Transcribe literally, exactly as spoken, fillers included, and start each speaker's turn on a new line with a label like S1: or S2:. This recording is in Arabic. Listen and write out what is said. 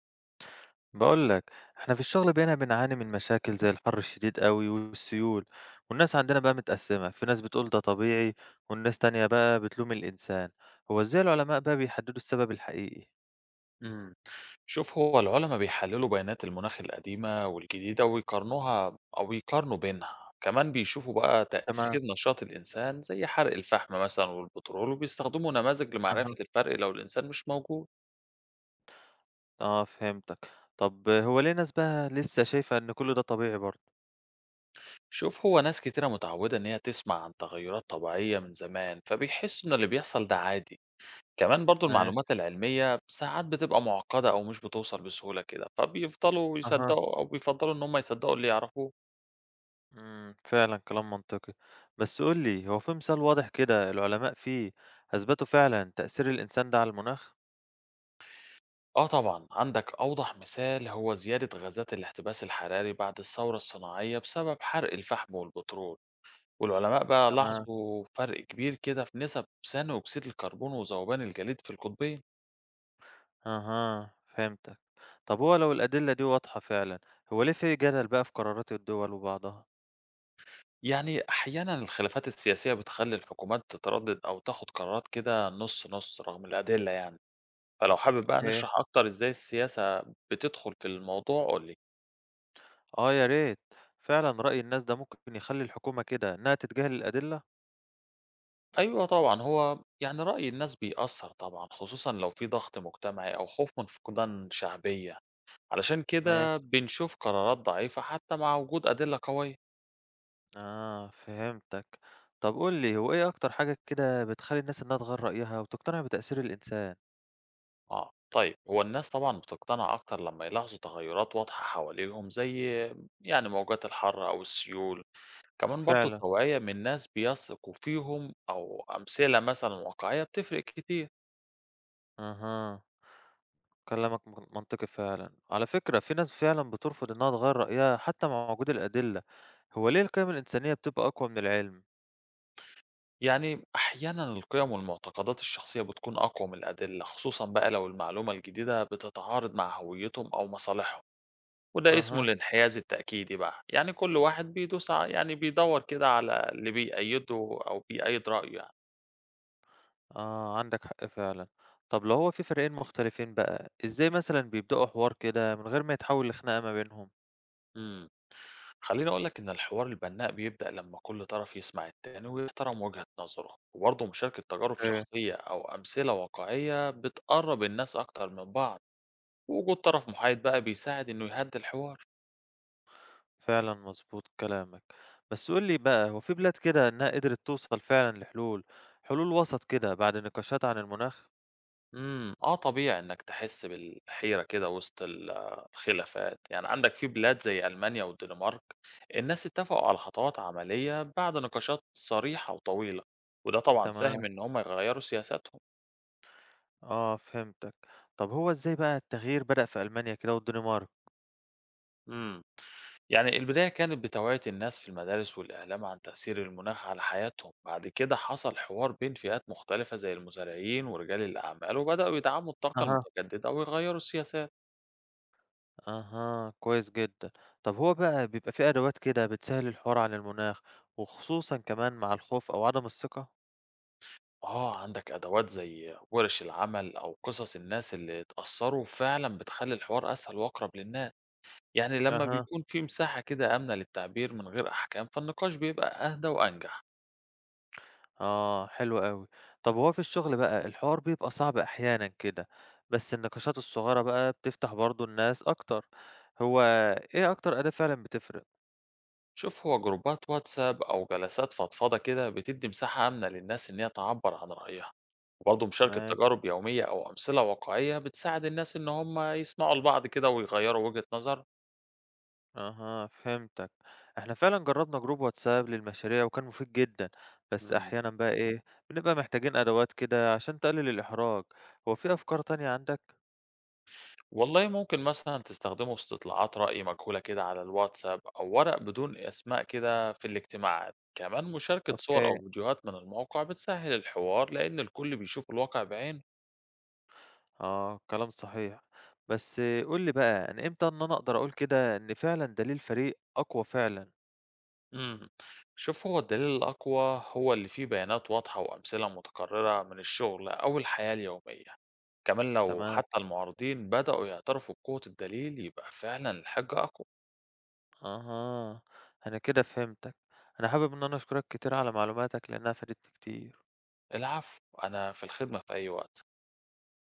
S1: بقول لك احنا في الشغل بقينا بنعاني من مشاكل زي الحر الشديد قوي والسيول، والناس عندنا بقى متقسمة، في ناس بتقول ده طبيعي والناس تانية بقى بتلوم الإنسان. هو ازاي العلماء بقى بيحددوا السبب الحقيقي؟
S2: إمم. شوف هو العُلَما بيحلّلوا بيانات المناخ القديمة والجديدة ويقارنوها أو يقارنوا بينها، كمان بيشوفوا بقى
S1: تمام.
S2: تأثير نشاط الإنسان زي حرق الفحم مثلًا والبترول، وبيستخدموا نماذج
S1: اها.
S2: لمعرفة الفرق لو الإنسان مش موجود.
S1: اه فهمتك. طب هو ليه ناس بقى لسه شايفة ان كل ده طبيعي برضه؟
S2: شوف هو ناس كتيرة متعوّدة إن هي تسمع عن تغيُّرات طبيعية من زمان، فبيحسّوا إن اللي بيحصل ده عادي. كمان برضه
S1: ماشي.
S2: المعلومات العلمية ساعات بتبقى مُعقّدة أو مش بتوصل بسهولة كده، فبيفضلوا
S1: اها.
S2: يصدّقوا أو بيفضّلوا إن هم يصدّقوا اللي يعرفوه.
S1: امم فعلا كلام منطقي. بس قول لي، هو في مثال واضح كده العلماء فيه أثبتوا فعلا تأثير الإنسان ده على المناخ؟
S2: آه طبعًا، عندك أوضح مثال هو زيادة غازات الاحتباس الحراري بعد الثورة الصناعية بسبب حرق الفحم والبترول، والعلماء بقى
S1: تمام.
S2: لاحظوا فرق كبير كده في نسب ثاني أكسيد الكربون وذوبان الجليد في القطبين.
S1: اها فهمتك. طب هو لو الأدلة دي واضحة فعلًا، هو ليه في جدل بقى في قرارات الدول وبعضها؟
S2: يعني أحيانًا الخلافات السياسية بتخلي الحكومات تتردد أو تاخد قرارات كده نُص نُص رغم الأدلة يعني، فلو حابب بقى
S1: أوكي.
S2: نشرح أكتر إزاي السياسة بتدخل في الموضوع قُل لي.
S1: آه يا ريت، فعلًا رأي الناس ده ممكن يخلّي الحكومة كده إنها تتجاهل الأدلة؟
S2: أيوه طبعًا، هو يعني رأي الناس بيأثّر طبعًا، خصوصًا لو في ضغط مجتمعي أو خوف من فقدان شعبية، علشان كده
S1: ماشي،
S2: بنشوف قرارات ضعيفة حتى مع وجود أدلة قوية.
S1: آه فهمتك. طب قُل لي، هو إيه أكتر حاجة كده بتخلّي الناس إنها تغيّر رأيها وتقتنع بتأثير الإنسان؟
S2: آه، طيب هو الناس طبعًا بتقتنع أكتر لمّا يلاحظوا تغيرات واضحة حواليهم زي يعني موجات الحر أو السيول، كمان برضه
S1: فعلًا.
S2: التوعية من ناس بيثقوا فيهم أو أمثلة مثلًا واقعية بتفرق كتير.
S1: أها. كلامك من منطقي فعلًا. على فكرة في ناس فعلًا بترفض إنها تغيّر رأيها حتى مع وجود الأدلة، هو ليه القيم الإنسانية بتبقى أقوى من العلم؟
S2: يعني أحيانا القيم والمعتقدات الشخصية بتكون أقوى من الأدلة خصوصا بقى لو المعلومة الجديدة بتتعارض مع هويتهم أو مصالحهم، وده اسمه
S1: أها.
S2: الانحياز التأكيدي بقى، يعني كل واحد بيدوس ع- يعني بيدور كده على اللي بيأيده أو بيأيد رأيه يعني.
S1: آه، عندك حق فعلًا. طب لو هو في فريقين مختلفين بقى، إزاي مثلًا بيبدأوا حوار كده من غير ما يتحول لخناقة ما بينهم؟
S2: امم خليني أقول لك إن الحوار البناء بيبدأ لما كل طرف يسمع التاني ويحترم وجهة نظره، وبرضه مشاركة تجارب
S1: إيه.
S2: شخصية أو أمثلة واقعية بتقرب الناس أكتر من بعض، ووجود طرف محايد بقى بيساعد إنه يهدي الحوار.
S1: فعلًا مضبوط كلامك. بس قُل لي بقى، هو في بلاد كده إنها قدرت توصل فعلًا لحلول، حلول وسط كده بعد نقاشات عن المناخ؟
S2: إمم، آه، طبيعي إنك تحس بالحيرة كده وسط ال الخلافات، يعني عندك في بلاد زي ألمانيا والدنمارك الناس اتفقوا على خطوات عملية بعد نقاشات صريحة وطويلة، وده طبعًا
S1: تمام،
S2: ساهم إن هم يغيّروا سياساتهم.
S1: آه فهمتك. طب هو إزاي بقى التغيير بدأ في ألمانيا كده والدنمارك؟
S2: إمم، يعني البداية كانت بتوعية الناس في المدارس والإعلام عن تأثير المناخ على حياتهم، بعد كده حصل حوار بين فئات مختلفة زي المزارعين ورجال الأعمال، وبدأوا يدعموا الطاقة
S1: أها.
S2: المتجددة ويغيّروا السياسات.
S1: أها، كويس جدًا. طب هو بقى بيبقى في أدوات كده بتسهل الحوار عن المناخ، وخصوصًا كمان مع الخوف أو عدم الثقة؟
S2: آه، عندك أدوات زي ورش العمل أو قصص الناس اللي اتأثروا فعلا بتخلي الحوار أسهل وأقرب للناس، يعني لما
S1: أها.
S2: بيكون في مساحة كده آمنة للتعبير من غير أحكام فالنقاش بيبقى أهدى وأنجح.
S1: آه، حلو أوي. طب هو في الشغل بقى الحوار بيبقى صعب أحيانًا كده، بس النقاشات الصغيرة بقى بتفتح برضه الناس أكتر. هو إيه أكتر أداة فعلًا بتفرق؟
S2: شوف هو جروبات واتساب أو جلسات فضفضة كده بتدي مساحة آمنة للناس إن هي تعبر عن رأيها، وبرضه مشاركة
S1: ماشي،
S2: تجارب يومية أو أمثلة واقعية بتساعد الناس إن هم يسمعوا لبعض كده ويغيروا وجهة نظر.
S1: أها فهمتك. إحنا فعلًا جرّبنا جروب واتساب للمشاريع وكان مفيد جدًا، بس أحيانًا بقى إيه، بنبقى محتاجين أدوات كده عشان تقلل الإحراج. هو في أفكار تانية عندك؟
S2: والله ممكن مثلًا تستخدموا استطلاعات رأي مجهولة كده على الواتساب أو ورق بدون أسماء كده في الاجتماعات، كمان مشاركة صور
S1: أوكي،
S2: أو فيديوهات من الموقع بتسهل الحوار لأن الكل بيشوف الواقع بعينه.
S1: آه، كلام صحيح. بس قُل لي بقى، أنا إمتى إن أنا أقدر أقول كده إن فعلًا دليل الفريق أقوى فعلًا؟
S2: إمم، شوف هو الدليل الأقوى هو اللي فيه بيانات واضحة وأمثلة متكررة من الشغل أو الحياة اليومية، كمان لو
S1: تمام.
S2: حتى المعارضين بدأوا يعترفوا بقوة الدليل يبقى فعلًا الحجة أقوى.
S1: أها، أنا كده فهمتك. أنا حابب إن أنا أشكرك كتير على معلوماتك لأنها فادتني كتير.
S2: العفو، أنا في الخدمة في أي وقت.